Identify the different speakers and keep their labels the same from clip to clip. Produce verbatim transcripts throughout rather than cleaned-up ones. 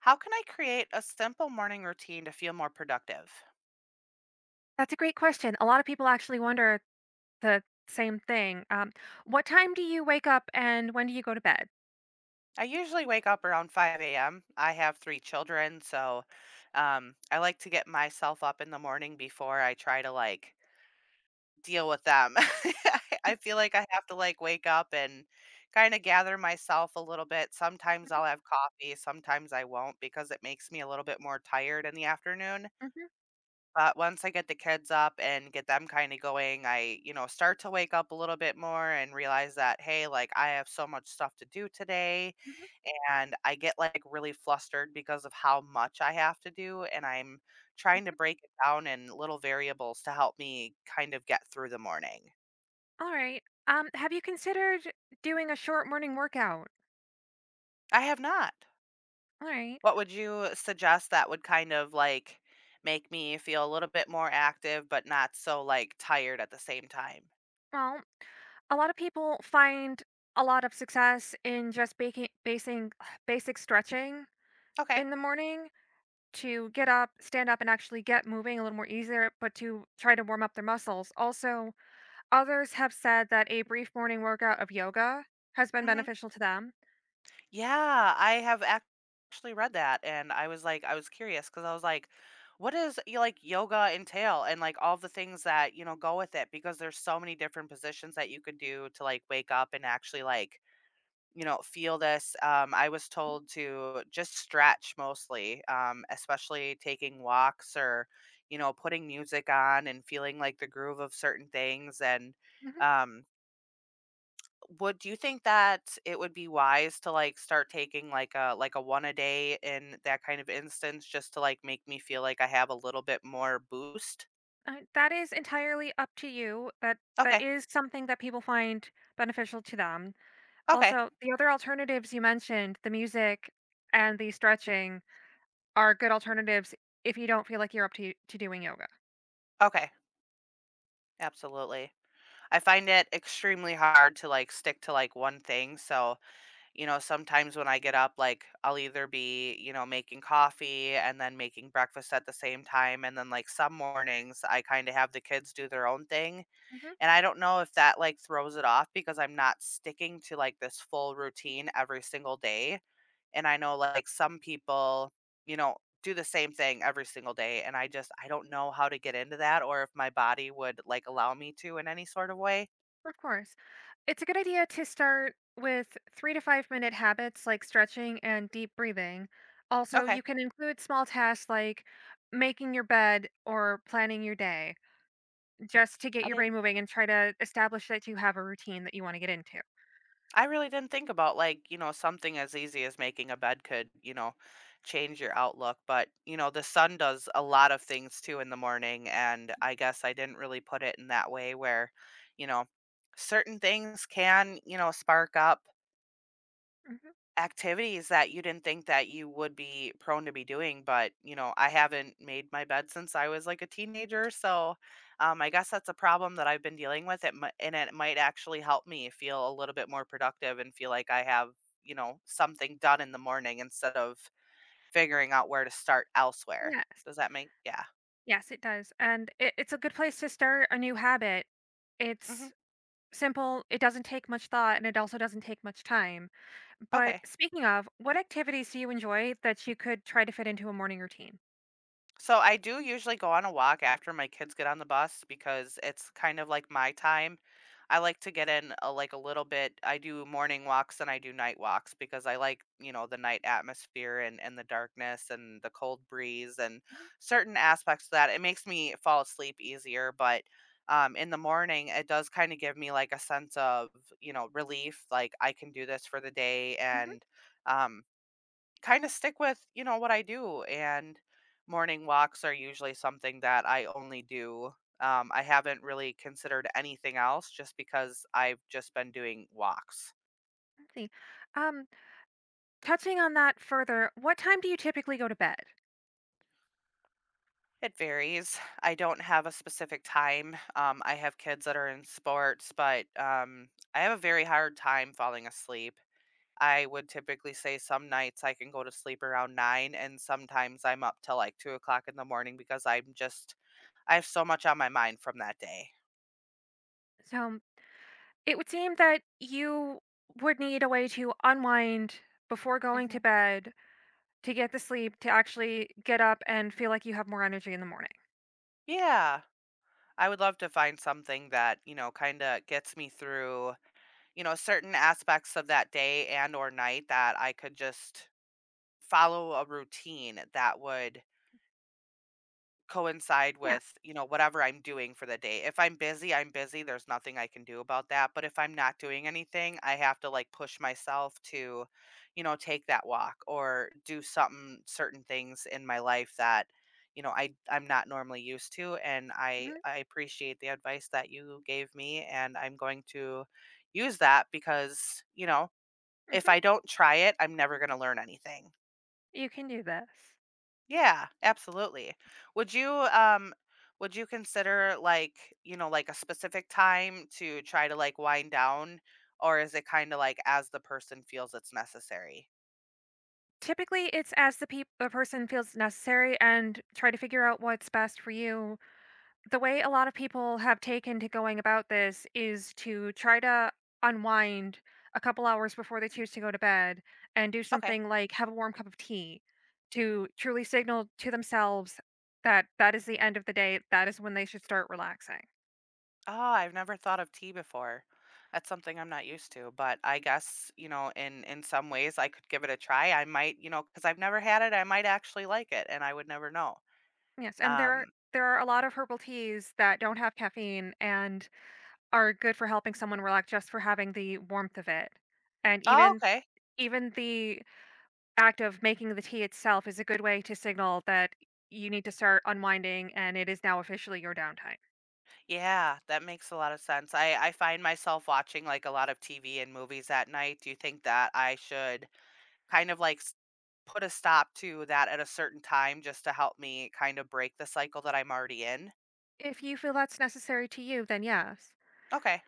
Speaker 1: How can I create a simple morning routine to feel more productive?
Speaker 2: That's a great question. A lot of people actually wonder the same thing. Um, what time do you wake up and when do you go to bed?
Speaker 1: I usually wake up around five a m. I have three children, so um, I like to get myself up in the morning before I try to like deal with them. I I feel like I have to like wake up and kind of gather myself a little bit. Sometimes
Speaker 2: Mhm,
Speaker 1: I'll have coffee, sometimes I won't because it makes me a little bit more tired in the afternoon.
Speaker 2: mhm,
Speaker 1: But once I get the kids up and get them kind of going, I, you know, start to wake up a little bit more and realize that, hey, like I have so much stuff to do today.
Speaker 2: mhm,
Speaker 1: And I get like really flustered because of how much I have to do. And I'm trying to
Speaker 2: mhm.
Speaker 1: break it down in little variables to help me kind of get through the morning.
Speaker 2: All right. Um, have you considered doing a short morning workout?
Speaker 1: I have not.
Speaker 2: All right.
Speaker 1: What would you suggest that would kind of like make me feel a little bit more active, but not so like tired at the same time?
Speaker 2: Well, a lot of people find a lot of success in just baking, basing, basic stretching
Speaker 1: Okay.
Speaker 2: in the morning to get up, stand up, and actually get moving a little more easier, but to try to warm up their muscles. Also, others have said that a brief morning workout of yoga has been
Speaker 1: Hmm.
Speaker 2: beneficial to them.
Speaker 1: Yeah, I have ac- actually read that, and I was like, I was curious because I was like, what does you like yoga entail, and like all the things that you know go with it, because there's so many different positions that you could do to like wake up and actually like you know feel this. Um, I was told to just stretch mostly, um, especially taking walks or you know putting music on and feeling like the groove of certain things and.
Speaker 2: Mhm.
Speaker 1: Um, would do you think that it would be wise to, like, start taking, like, a like, a one a day in that kind of instance just to, like, make me feel like I have a little bit more boost?
Speaker 2: Uh, that is entirely up to you. That that
Speaker 1: Okay.
Speaker 2: is something that people find beneficial to them.
Speaker 1: Okay.
Speaker 2: Also, the other alternatives you mentioned, the music and the stretching, are good alternatives if you don't feel like you're up to to doing yoga.
Speaker 1: Okay. Absolutely. I find it extremely hard to, like, stick to, like, one thing, so, you know, sometimes when I get up, like, I'll either be, you know, making coffee and then making breakfast at the same time, and then, like, some mornings, I kinda have the kids do their own thing.
Speaker 2: Mhm.
Speaker 1: And I don't know if that, like, throws it off because I'm not sticking to, like, this full routine every single day, and I know, like, some people, you know, do the same thing every single day, and I just I don't know how to get into that or if my body would, like, allow me to in any sort of way.
Speaker 2: Of course. It's a good idea to start with three to five minute habits like stretching and deep breathing. Also,
Speaker 1: Okay.
Speaker 2: you can include small tasks like making your bed or planning your day, just to get
Speaker 1: I
Speaker 2: your brain
Speaker 1: didn't
Speaker 2: moving and try to establish that you have a routine that you wanna get into.
Speaker 1: I really didn't think about like, you know, something as easy as making a bed could, you know, change your outlook, but you know, the sun does a lot of things too in the morning and I guess I didn't really put it in that way where, you know, certain things can, you know, spark up
Speaker 2: Mhm.
Speaker 1: activities that you didn't think that you would be prone to be doing but you know I haven't made my bed since I was like a teenager so um, I guess that's a problem that I've been dealing with it mi- and it might actually help me feel a little bit more productive and feel like I have you know something done in the morning instead of figuring out where to start elsewhere.
Speaker 2: Yes.
Speaker 1: Does that make yeah.
Speaker 2: Yes, it does, and it it's a good place to start a new habit.
Speaker 1: Hmm.
Speaker 2: It's simple, it doesn't take much thought, and it also doesn't take much time. But
Speaker 1: Okay.
Speaker 2: speaking of, what activities do you enjoy that you could try to fit into a morning routine?
Speaker 1: So I do usually go on a walk after my kids get on the bus because it's kind of like my time. I like to get in a, like a little bit. I do morning walks and I do night walks because I like, you know, the night atmosphere and, and the darkness and the cold breeze and
Speaker 2: Mhm,
Speaker 1: certain aspects of that. It makes me fall asleep easier, but um, in the morning, it does kind of give me like a sense of, you know, relief. Like I can do this for the day
Speaker 2: mhm,
Speaker 1: and, um, kind of stick with, you know, what I do. And morning walks are usually something that I only do. Um, I haven't really considered anything else just because I've just been doing walks.
Speaker 2: I see. Um, Touching on that further, what time do you typically go to bed?
Speaker 1: It varies. I don't have a specific time. Um, I have kids that are in sports, but um, I have a very hard time falling asleep. I would typically say some nights I can go to sleep around nine, and sometimes I'm up till like two o'clock in the morning because I'm just, I have so much on my mind from that day.
Speaker 2: So it would seem that you would need a way to unwind before going to
Speaker 1: Mhm.
Speaker 2: bed to get the sleep to actually get up and feel like you have more energy in the morning.
Speaker 1: Yeah. I would love to find something that, you know, kind of gets me through, you know, certain aspects of that day and or night that I could just follow a routine that would coincide
Speaker 2: Yeah.
Speaker 1: with, you know, whatever I'm doing for the day. If I'm busy, I'm busy. There's nothing I can do about that. But if I'm not doing anything, I have to like push myself to, you know, take that walk or do something, certain things in my life that, you know, I I'm not normally used to. And I
Speaker 2: Hmm.
Speaker 1: I appreciate the advice that you gave me, and I'm going to use that because you know if I
Speaker 2: Hmm.
Speaker 1: don't try it, I'm never going to learn anything.
Speaker 2: You can do this.
Speaker 1: Yeah, absolutely. Would you um would you consider like, you know, like a specific time to try to like wind down or is it kind of like as the person feels it's necessary?
Speaker 2: Typically, it's as the, peop the person feels necessary, and try to figure out what's best for you. The way a lot of people have taken to going about this is to try to unwind a couple hours before they choose to go to bed, and do
Speaker 1: Okay.
Speaker 2: something like have a warm cup of tea to truly signal to themselves that that is the end of the day, that is when they should start relaxing.
Speaker 1: Oh, I've never thought of tea before. That's something I'm not used to, but I guess, you know, in in some ways I could give it a try. I might, you know, cuz I've never had it, I might actually like it and I would never know.
Speaker 2: Yes, and there are
Speaker 1: Um,
Speaker 2: there are a lot of herbal teas that don't have caffeine and are good for helping someone relax, just for having the warmth of it, and
Speaker 1: oh,
Speaker 2: even
Speaker 1: okay.
Speaker 2: even the act of making the tea itself is a good way to signal that you need to start unwinding, and it is now officially your downtime.
Speaker 1: Yeah, that makes a lot of sense. I I find myself watching, like, a lot of T V and movies at night. Do you think that I should kind of, like, s put a stop to that at a certain time just to help me kind of break the cycle that I'm already in?
Speaker 2: If you feel that's necessary to you, then yes.
Speaker 1: Okay,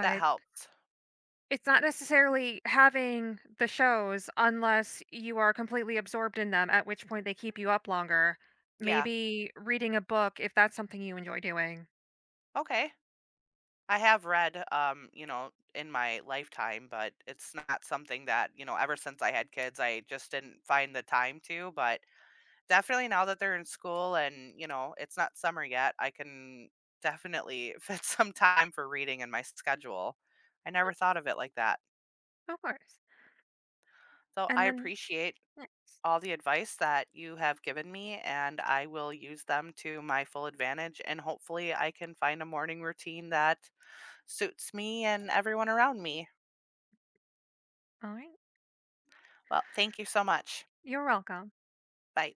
Speaker 1: that helps.
Speaker 2: it's not necessarily having the shows, unless you are completely absorbed in them, at which point they keep you up longer.
Speaker 1: Yeah,
Speaker 2: Maybe reading a book if that's something you enjoy doing.
Speaker 1: okay. I have read, um, you know, in my lifetime, but it's not something that, you know, ever since I had kids, I just didn't find the time to, but definitely now that they're in school and, you know, it's not summer yet, I can definitely fit some time for reading in my schedule. I never thought of it like that.
Speaker 2: Of course.
Speaker 1: So I
Speaker 2: And then,
Speaker 1: appreciate
Speaker 2: yes.
Speaker 1: all the advice that you have given me, and I will use them to my full advantage. And hopefully, I can find a morning routine that suits me and everyone around me.
Speaker 2: All right.
Speaker 1: Well, thank you so much.
Speaker 2: You're welcome.
Speaker 1: Bye.